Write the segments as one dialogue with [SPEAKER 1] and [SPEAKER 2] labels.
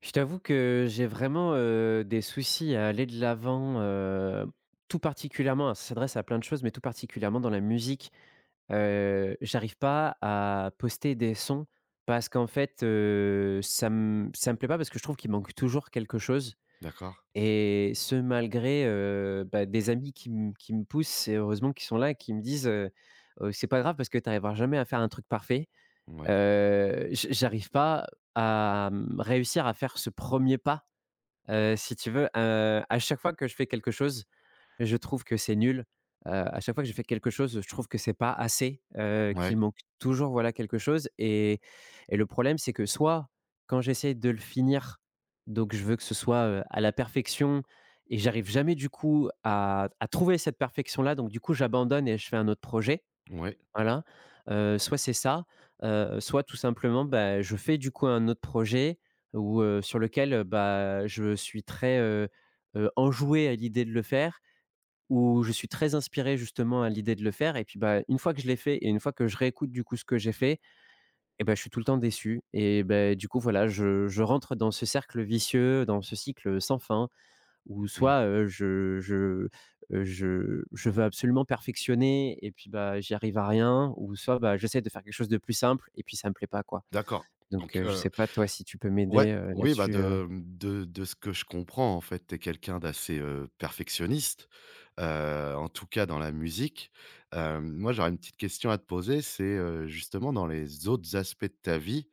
[SPEAKER 1] Je t'avoue que j'ai vraiment, des soucis à aller de l'avant, tout particulièrement, ça s'adresse à plein de choses, mais tout particulièrement dans la musique. J'arrive pas à poster des sons parce qu'en fait, ça me plaît pas parce que je trouve qu'il manque toujours quelque chose,
[SPEAKER 2] D'accord.
[SPEAKER 1] et ce malgré, bah, des amis qui me poussent et heureusement qu'ils sont là et qui me disent, C'est pas grave parce que tu arriveras jamais à faire un truc parfait».
[SPEAKER 2] Ouais.
[SPEAKER 1] J'arrive pas à, mmh, réussir à faire ce premier pas. Si tu veux, à chaque fois que je fais quelque chose, je trouve que c'est nul. À chaque fois que je fais quelque chose, je trouve que c'est pas assez, qu'il
[SPEAKER 2] Ouais.
[SPEAKER 1] manque toujours, voilà, quelque chose, et le problème, c'est que soit quand j'essaie de le finir, donc je veux que ce soit, à la perfection et j'arrive jamais du coup à trouver cette perfection-là, donc du coup, j'abandonne et je fais un autre projet.
[SPEAKER 2] Ouais.
[SPEAKER 1] Voilà, soit c'est ça, soit tout simplement, bah, je fais du coup un autre projet où, sur lequel, bah, je suis très, enjoué à l'idée de le faire, où je suis très inspiré justement à l'idée de le faire. Et puis, bah, une fois que je l'ai fait et une fois que je réécoute du coup ce que j'ai fait, et ben je suis tout le temps déçu et beh, du coup voilà, je rentre dans ce cercle vicieux, dans ce cycle sans fin, ou
[SPEAKER 2] Mmh.
[SPEAKER 1] soit, je veux absolument perfectionner et puis, bah, j'y arrive à rien, ou soit, bah, j'essaie de faire quelque chose de plus simple et puis ça me plaît pas, quoi.
[SPEAKER 2] D'accord.
[SPEAKER 1] Donc,
[SPEAKER 2] Donc,
[SPEAKER 1] je
[SPEAKER 2] heu,
[SPEAKER 1] sais pas toi si tu peux
[SPEAKER 2] ouais,
[SPEAKER 1] m'aider,
[SPEAKER 2] oui, bah,
[SPEAKER 1] là-dessus,
[SPEAKER 2] de, mmh, de ce que je comprends, en fait, tu es quelqu'un d'assez perfectionniste, en tout cas dans la musique. Hem, moi, j'aurais une petite question à te poser, c'est justement dans les autres aspects de ta vie.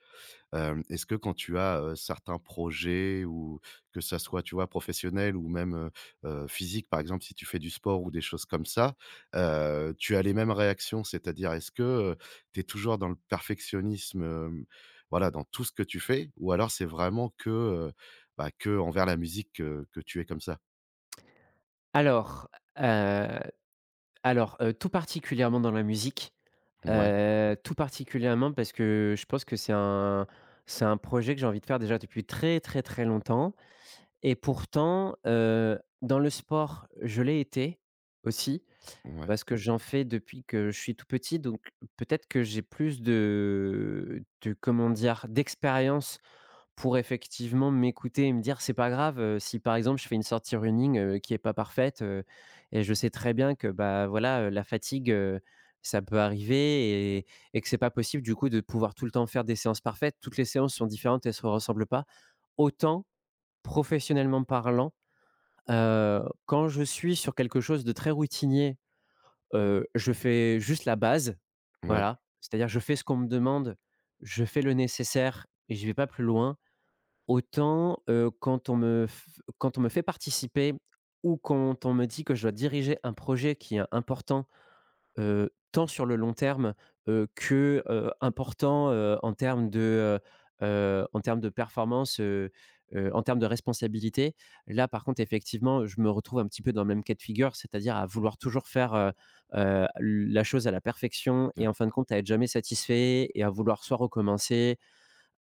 [SPEAKER 2] Hem, est-ce que quand tu as, certains projets ou que ça soit, tu vois, professionnel ou même, physique, par exemple, si tu fais du sport ou des choses comme ça, tu as les mêmes réactions? C'est-à-dire, est-ce que tu es toujours dans le perfectionnisme, hem, voilà, dans tout ce que tu fais? Ou alors c'est vraiment que, bah, que envers la musique que tu es comme ça?
[SPEAKER 1] Alors, heu tout particulièrement dans la musique,
[SPEAKER 2] Ouais,
[SPEAKER 1] tout particulièrement parce que je pense que c'est un projet que j'ai envie de faire déjà depuis très, très, très longtemps et pourtant, dans le sport, je l'ai été aussi.
[SPEAKER 2] ouais,
[SPEAKER 1] Parce que j'en fais depuis que je suis tout petit, donc peut-être que j'ai plus de comment dire? D'expérience pour effectivement m'écouter et me dire: «C'est pas grave, si par exemple je fais une sortie running, qui est pas parfaite,» et je sais très bien que, bah, voilà, la fatigue, ça peut arriver, et que c'est pas possible du coup de pouvoir tout le temps faire des séances parfaites. Toutes les séances sont différentes, elles se ressemblent pas. Autant, professionnellement parlant, quand je suis sur quelque chose de très routinier, je fais juste la base,
[SPEAKER 2] ouais,
[SPEAKER 1] voilà. C'est-à-dire je fais ce qu'on me demande, je fais le nécessaire et je vais pas plus loin. Autant, quand on me fait participer ou quand on me dit que je dois diriger un projet qui est important. Tant sur le long terme, que, important, en termes de performance, en termes de responsabilité. Là, par contre, effectivement, je me retrouve un petit peu dans le même cas de figure, c'est-à-dire à vouloir toujours faire, la chose à la perfection
[SPEAKER 2] d'a
[SPEAKER 1] et en fin de compte, à être jamais satisfait et à vouloir soit recommencer,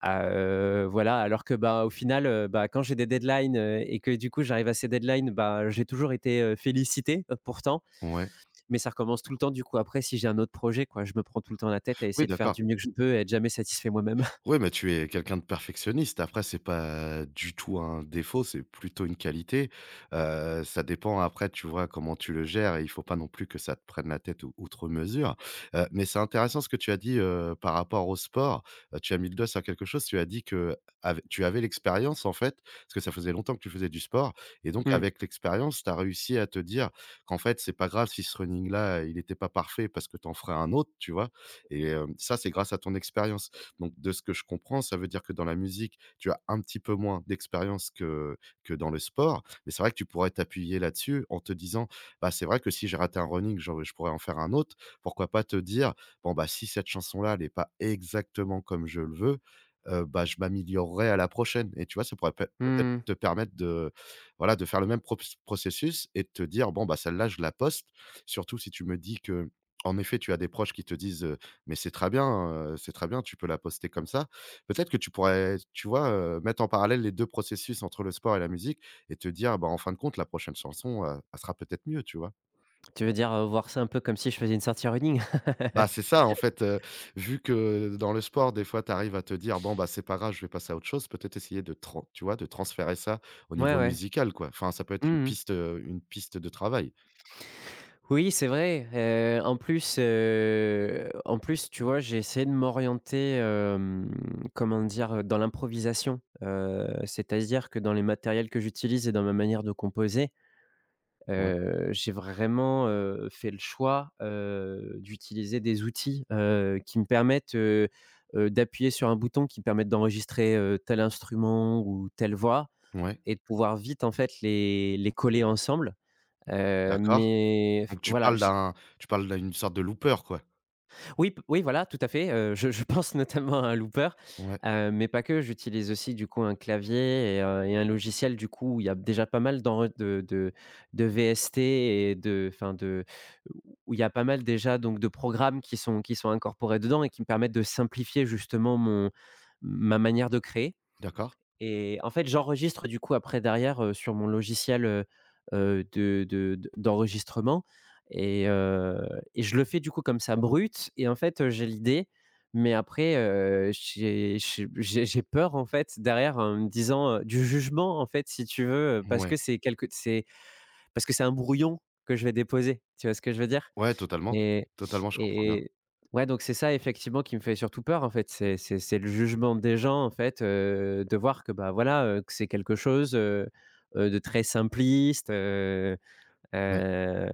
[SPEAKER 1] à, voilà, alors que, bah, au final, bah, quand j'ai des deadlines, et que du coup, j'arrive à ces deadlines, bah, j'ai toujours été, félicité, pourtant,
[SPEAKER 2] ouais.
[SPEAKER 1] mais ça recommence tout le temps, du coup, après, si j'ai un autre projet, quoi. Je me prends tout le temps la tête à
[SPEAKER 2] Oui,
[SPEAKER 1] essayer de faire
[SPEAKER 2] d'accord.
[SPEAKER 1] du mieux que je peux et être jamais satisfait moi-même.
[SPEAKER 2] Ouais, mais tu es quelqu'un de perfectionniste. Après, c'est pas du tout un défaut, c'est plutôt une qualité. Ça dépend après, tu vois, comment tu le gères et il faut pas non plus que ça te prenne la tête ou outre mesure. Mais c'est intéressant ce que tu as dit, par rapport au sport. Tu as mis le doigt sur quelque chose, tu as dit que av tu avais l'expérience, en fait, parce que ça faisait longtemps que tu faisais du sport et donc
[SPEAKER 1] Mmh.
[SPEAKER 2] avec l'expérience, tu as réussi à te dire qu'en fait, c'est pas grave si ce running là, il n'était pas parfait parce que tu en ferais un autre, tu vois? Et hem, ça, c'est grâce à ton expérience. Donc, de ce que je comprends, ça veut dire que dans la musique, tu as un petit peu moins d'expérience que dans le sport. Mais c'est vrai que tu pourrais t'appuyer là-dessus en te disant: «Bah, c'est vrai que si j'ai raté un running, genre, je pourrais en faire un autre». Pourquoi pas te dire: «Bon, bah, si cette chanson-là, elle est pas exactement comme je le veux, bah, je m'améliorerai à la prochaine» et tu vois, ça pourrait peut-être
[SPEAKER 1] Mmh.
[SPEAKER 2] te permettre voilà, de faire le même props processus et de te dire: «Bon, bah, celle-là, je la poste». Surtout si tu me dis que, en effet, tu as des proches qui te disent, mais c'est très bien, tu peux la poster comme ça. Peut-être que tu pourrais, tu vois, mettre en parallèle les 2 processus entre le sport et la musique et te dire: «Bah, en fin de compte, la prochaine chanson, elle sera peut-être mieux», tu vois?
[SPEAKER 1] Tu veux dire, voir ça un peu comme si je faisais une sortie running?
[SPEAKER 2] Bah, c'est ça en fait, vu que dans le sport, des fois, tu arrives à te dire: «Bon, bah, c'est pas grave, je vais passer à autre chose», peut-être essayer de tran tu vois, de transférer ça au
[SPEAKER 1] Ouais,
[SPEAKER 2] niveau
[SPEAKER 1] ouais.
[SPEAKER 2] musical, quoi. Enfin, ça peut être
[SPEAKER 1] Mmh.
[SPEAKER 2] une piste de travail.
[SPEAKER 1] Oui, c'est vrai, en plus, tu vois, j'ai essayé de m'orienter, hem, comment dire? Dans l'improvisation, c'est-à-dire que dans les matériels que j'utilise et dans ma manière de composer,
[SPEAKER 2] Ouais,
[SPEAKER 1] J'ai vraiment, fait le choix, d'utiliser des outils, qui me permettent, d'appuyer sur un bouton qui me permette d'enregistrer, tel instrument ou telle voix,
[SPEAKER 2] ouais,
[SPEAKER 1] et de pouvoir vite, en fait, les coller ensemble.
[SPEAKER 2] d'accord.
[SPEAKER 1] Mais f
[SPEAKER 2] Donc
[SPEAKER 1] voilà.
[SPEAKER 2] tu parles d'une sorte de looper, quoi?
[SPEAKER 1] Oui, voilà, tout à fait, je pense notamment à un looper,
[SPEAKER 2] Ouais,
[SPEAKER 1] mais pas que. J'utilise aussi du coup un clavier et un logiciel du coup où il y a déjà pas mal d'enre de VST et de enfin de où il y a pas mal déjà donc de programmes qui sont incorporés dedans et qui me permettent de simplifier justement mon ma manière de créer.
[SPEAKER 2] d'accord.
[SPEAKER 1] Et en fait, j'enregistre du coup après derrière, sur mon logiciel, de d'enregistrement, et heu et je le fais du coup comme ça brut et en fait, j'ai l'idée, mais après, j'ai peur en fait derrière en me disant, du jugement en fait si tu veux, parce
[SPEAKER 2] Ouais.
[SPEAKER 1] que c'est, parce que c'est un brouillon que je vais déposer. Tu vois ce que je veux dire?
[SPEAKER 2] Ouais, totalement.
[SPEAKER 1] Et
[SPEAKER 2] Totalement, je comprends
[SPEAKER 1] et
[SPEAKER 2] bien.
[SPEAKER 1] et ouais, donc c'est ça effectivement qui me fait surtout peur, en fait. C'est le jugement des gens, en fait, de voir que, bah, voilà, que c'est quelque chose, de très simpliste,
[SPEAKER 2] Ouais.
[SPEAKER 1] heu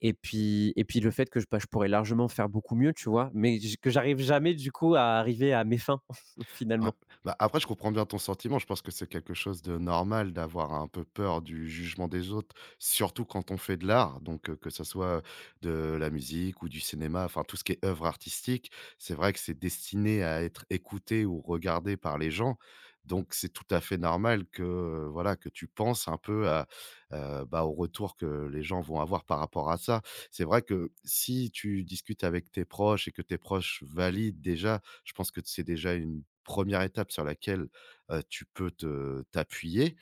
[SPEAKER 1] et puis le fait que je, bah, je pourrais largement faire beaucoup mieux, tu vois? Mais j que j'arrive jamais du coup à arriver à mes fins,
[SPEAKER 2] Ouais.
[SPEAKER 1] finalement.
[SPEAKER 2] Bah, après, je comprends bien ton sentiment. Je pense que c'est quelque chose de normal d'avoir un peu peur du jugement des autres, surtout quand on fait de l'art. Donc, que ce soit de la musique ou du cinéma, enfin tout ce qui est œuvre artistique, c'est vrai que c'est destiné à être écouté ou regardé par les gens. Donc, c'est tout à fait normal que, voilà, que tu penses un peu à, bah, au retour que les gens vont avoir par rapport à ça. C'est vrai que si tu discutes avec tes proches et que tes proches valident déjà, je pense que c'est déjà une première étape sur laquelle, tu peux te t'appuyer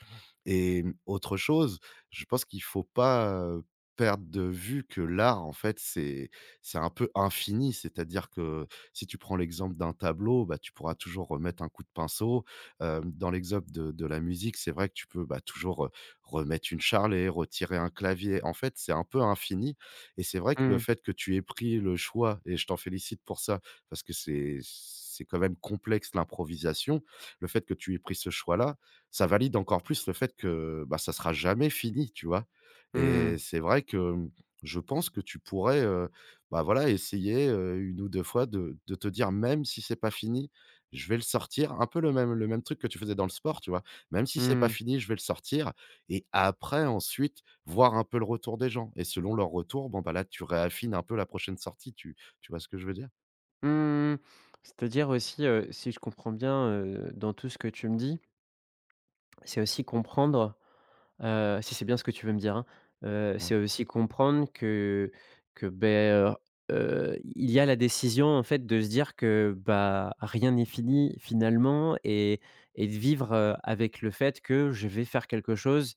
[SPEAKER 2] et mmh, autre chose, je pense qu'il faut pas perdre de vue que l'art, en fait, c'est un peu infini. C'est-à-dire que si tu prends l'exemple d'un tableau, bah, tu pourras toujours remettre un coup de pinceau. Hem, dans l'exemple de la musique, c'est vrai que tu peux, bah, toujours, remettre une charlée, retirer un clavier. En fait, c'est un peu infini et c'est vrai que le
[SPEAKER 1] Mmh.
[SPEAKER 2] fait que tu aies pris le choix et je t'en félicite pour ça, parce que c'est quand même complexe l'improvisation. Le fait que tu aies pris ce choix-là, ça valide encore plus le fait que, bah, ça sera jamais fini, tu vois?
[SPEAKER 1] Mmh.
[SPEAKER 2] Et c'est vrai que, mmh, je pense que tu pourrais, bah, voilà, essayer, 1 ou 2 fois de te dire: «Même si c'est pas fini, je vais le sortir». Un peu le même truc que tu faisais dans le sport, tu vois? «Même si c'est pas
[SPEAKER 1] Mmh.
[SPEAKER 2] fini, je vais le sortir», et après ensuite, voir un peu le retour des gens et selon leur retour, bon, bah, là, tu réaffines un peu la prochaine sortie, tu vois ce que je veux dire?
[SPEAKER 1] Mmh. C'est-à-dire aussi, si je comprends bien, dans tout ce que tu me dis, c'est aussi comprendre, si c'est bien ce que tu veux me dire, hein,
[SPEAKER 2] Ouais.
[SPEAKER 1] c'est aussi comprendre que, il y a la décision, en fait, de se dire que, bah, rien n'est fini finalement, et de vivre, avec le fait que je vais faire quelque chose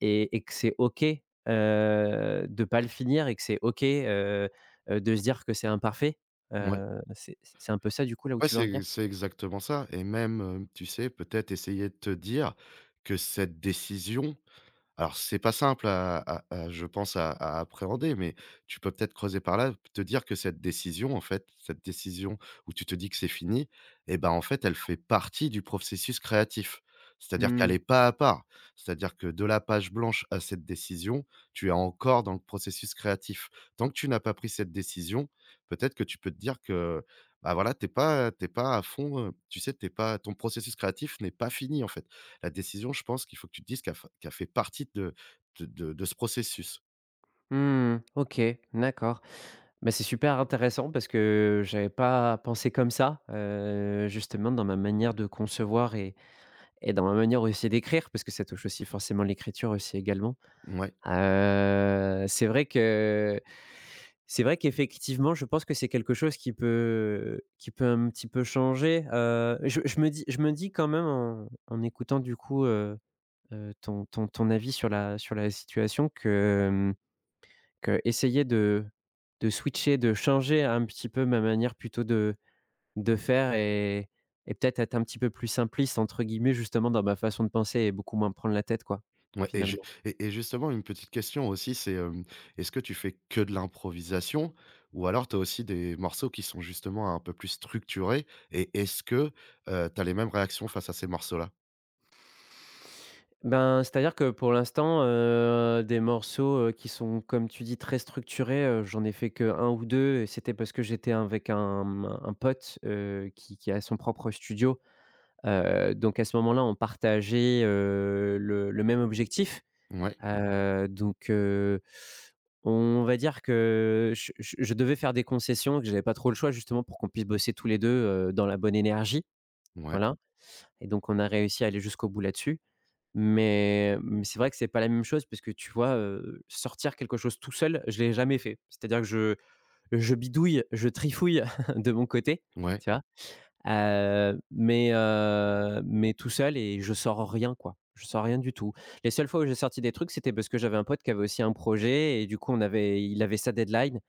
[SPEAKER 1] et que c'est OK, de pas le finir et que c'est OK, de se dire que c'est imparfait.
[SPEAKER 2] Ouais.
[SPEAKER 1] C'est un peu ça, du coup, là où
[SPEAKER 2] Ouais,
[SPEAKER 1] tu veux en venir?
[SPEAKER 2] c'est exactement ça et même, tu sais, peut-être essayer de te dire que cette décision, alors, c'est pas simple à je pense à appréhender, mais tu peux peut-être creuser par là, te dire que cette décision, en fait, cette décision où tu te dis que c'est fini et ben, en fait, elle fait partie du processus créatif. C'est-à-dire qu'elle
[SPEAKER 1] Mmh.
[SPEAKER 2] est pas à part. C'est-à-dire que de la page blanche à cette décision, tu es encore dans le processus créatif. Tant que tu n'as pas pris cette décision, peut-être que tu peux te dire que, bah, voilà, t'es pas à fond, tu sais, t'es pas ton processus créatif n'est pas fini, en fait, la décision, je pense qu'il faut que tu te dises qu'elle fa qu'elle fait partie de ce processus.
[SPEAKER 1] Mmh. OK, d'accord. Mais c'est super intéressant parce que j'avais pas pensé comme ça, justement dans ma manière de concevoir et dans ma manière aussi d'écrire, parce que ça touche aussi forcément l'écriture aussi également.
[SPEAKER 2] Ouais.
[SPEAKER 1] C'est vrai que c'est vrai qu'effectivement, je pense que c'est quelque chose qui peut un petit peu changer, je me dis quand même en en écoutant du coup, ton avis sur la situation, que essayer de switcher, de changer un petit peu ma manière plutôt de faire, et peut-être être un petit peu plus «simpliste» entre guillemets justement dans ma façon de penser et beaucoup moins me prendre la tête quoi,
[SPEAKER 2] Ouais,
[SPEAKER 1] finalement.
[SPEAKER 2] et justement une petite question aussi, est-ce que tu fais que de l'improvisation ou alors tu as aussi des morceaux qui sont justement un peu plus structurés et est-ce que, tu as les mêmes réactions face à ces morceaux-là?
[SPEAKER 1] Ben, c'est-à-dire que pour l'instant, des morceaux, qui sont comme tu dis très structurés, j'en ai fait que un ou 2 et c'était parce que j'étais avec un, mmh, un pote, qui a son propre studio, donc à ce moment-là on partageait, le même objectif.
[SPEAKER 2] Ouais,
[SPEAKER 1] Heu, donc heu, on va dire que je devais faire des concessions, que j'avais pas trop le choix justement pour qu'on puisse bosser tous les deux, dans la bonne énergie,
[SPEAKER 2] ouais,
[SPEAKER 1] voilà, et donc on a réussi à aller jusqu'au bout là-dessus. Mais c'est vrai que c'est pas la même chose parce que tu vois, sortir quelque chose tout seul, je l'ai jamais fait. C'est-à-dire que je bidouille, je trifouille de mon côté,
[SPEAKER 2] ouais,
[SPEAKER 1] tu vois? Mais tout seul et je sors rien, quoi. Je sors rien du tout. Les seules fois où j'ai sorti des trucs, c'était parce que j'avais un pote qui avait aussi un projet et du coup, on avait il avait sa deadline,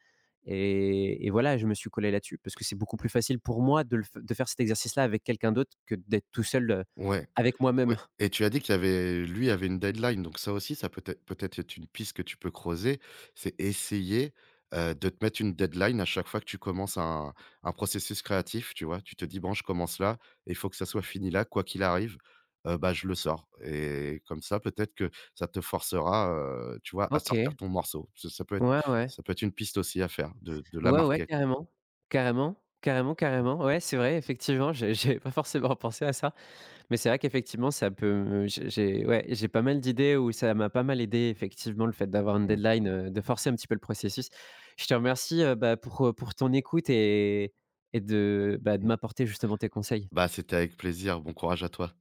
[SPEAKER 1] et voilà, je me suis collé là-dessus parce que c'est beaucoup plus facile pour moi de le f de faire cet exercice-là avec quelqu'un d'autre que d'être tout seul,
[SPEAKER 2] ouais.
[SPEAKER 1] avec moi-même.
[SPEAKER 2] Oui et tu as dit qu'il y avait lui avait une deadline, donc ça aussi, ça peut être peut-être être une piste que tu peux creuser. C'est essayer, de te mettre une deadline à chaque fois que tu commences un processus créatif, tu vois? Tu te dis: «Bon, je commence là et il faut que ça soit fini là, quoi qu'il arrive, bah, je le sors» et comme ça, peut-être que ça te forcera, tu vois, à
[SPEAKER 1] OK.
[SPEAKER 2] sortir ton morceau.
[SPEAKER 1] Ouais, ouais.
[SPEAKER 2] Ça peut être une piste aussi à faire, de la
[SPEAKER 1] Ouais, ouais,
[SPEAKER 2] marquer, quoi.
[SPEAKER 1] carrément. Carrément, carrément, carrément. Ouais, c'est vrai, effectivement, j'avais pas forcément pensé à ça. Mais c'est vrai qu'effectivement, ça peut me j'ai ouais, j'ai pas mal d'idées où ça m'a pas mal aidé effectivement le fait d'avoir une
[SPEAKER 2] Mmh
[SPEAKER 1] deadline, de forcer un petit peu le processus. Je te remercie, bah, pour ton écoute et de, bah, de
[SPEAKER 2] mmh.
[SPEAKER 1] m'apporter justement tes conseils.
[SPEAKER 2] Bah, c'était avec plaisir. Bon courage à toi.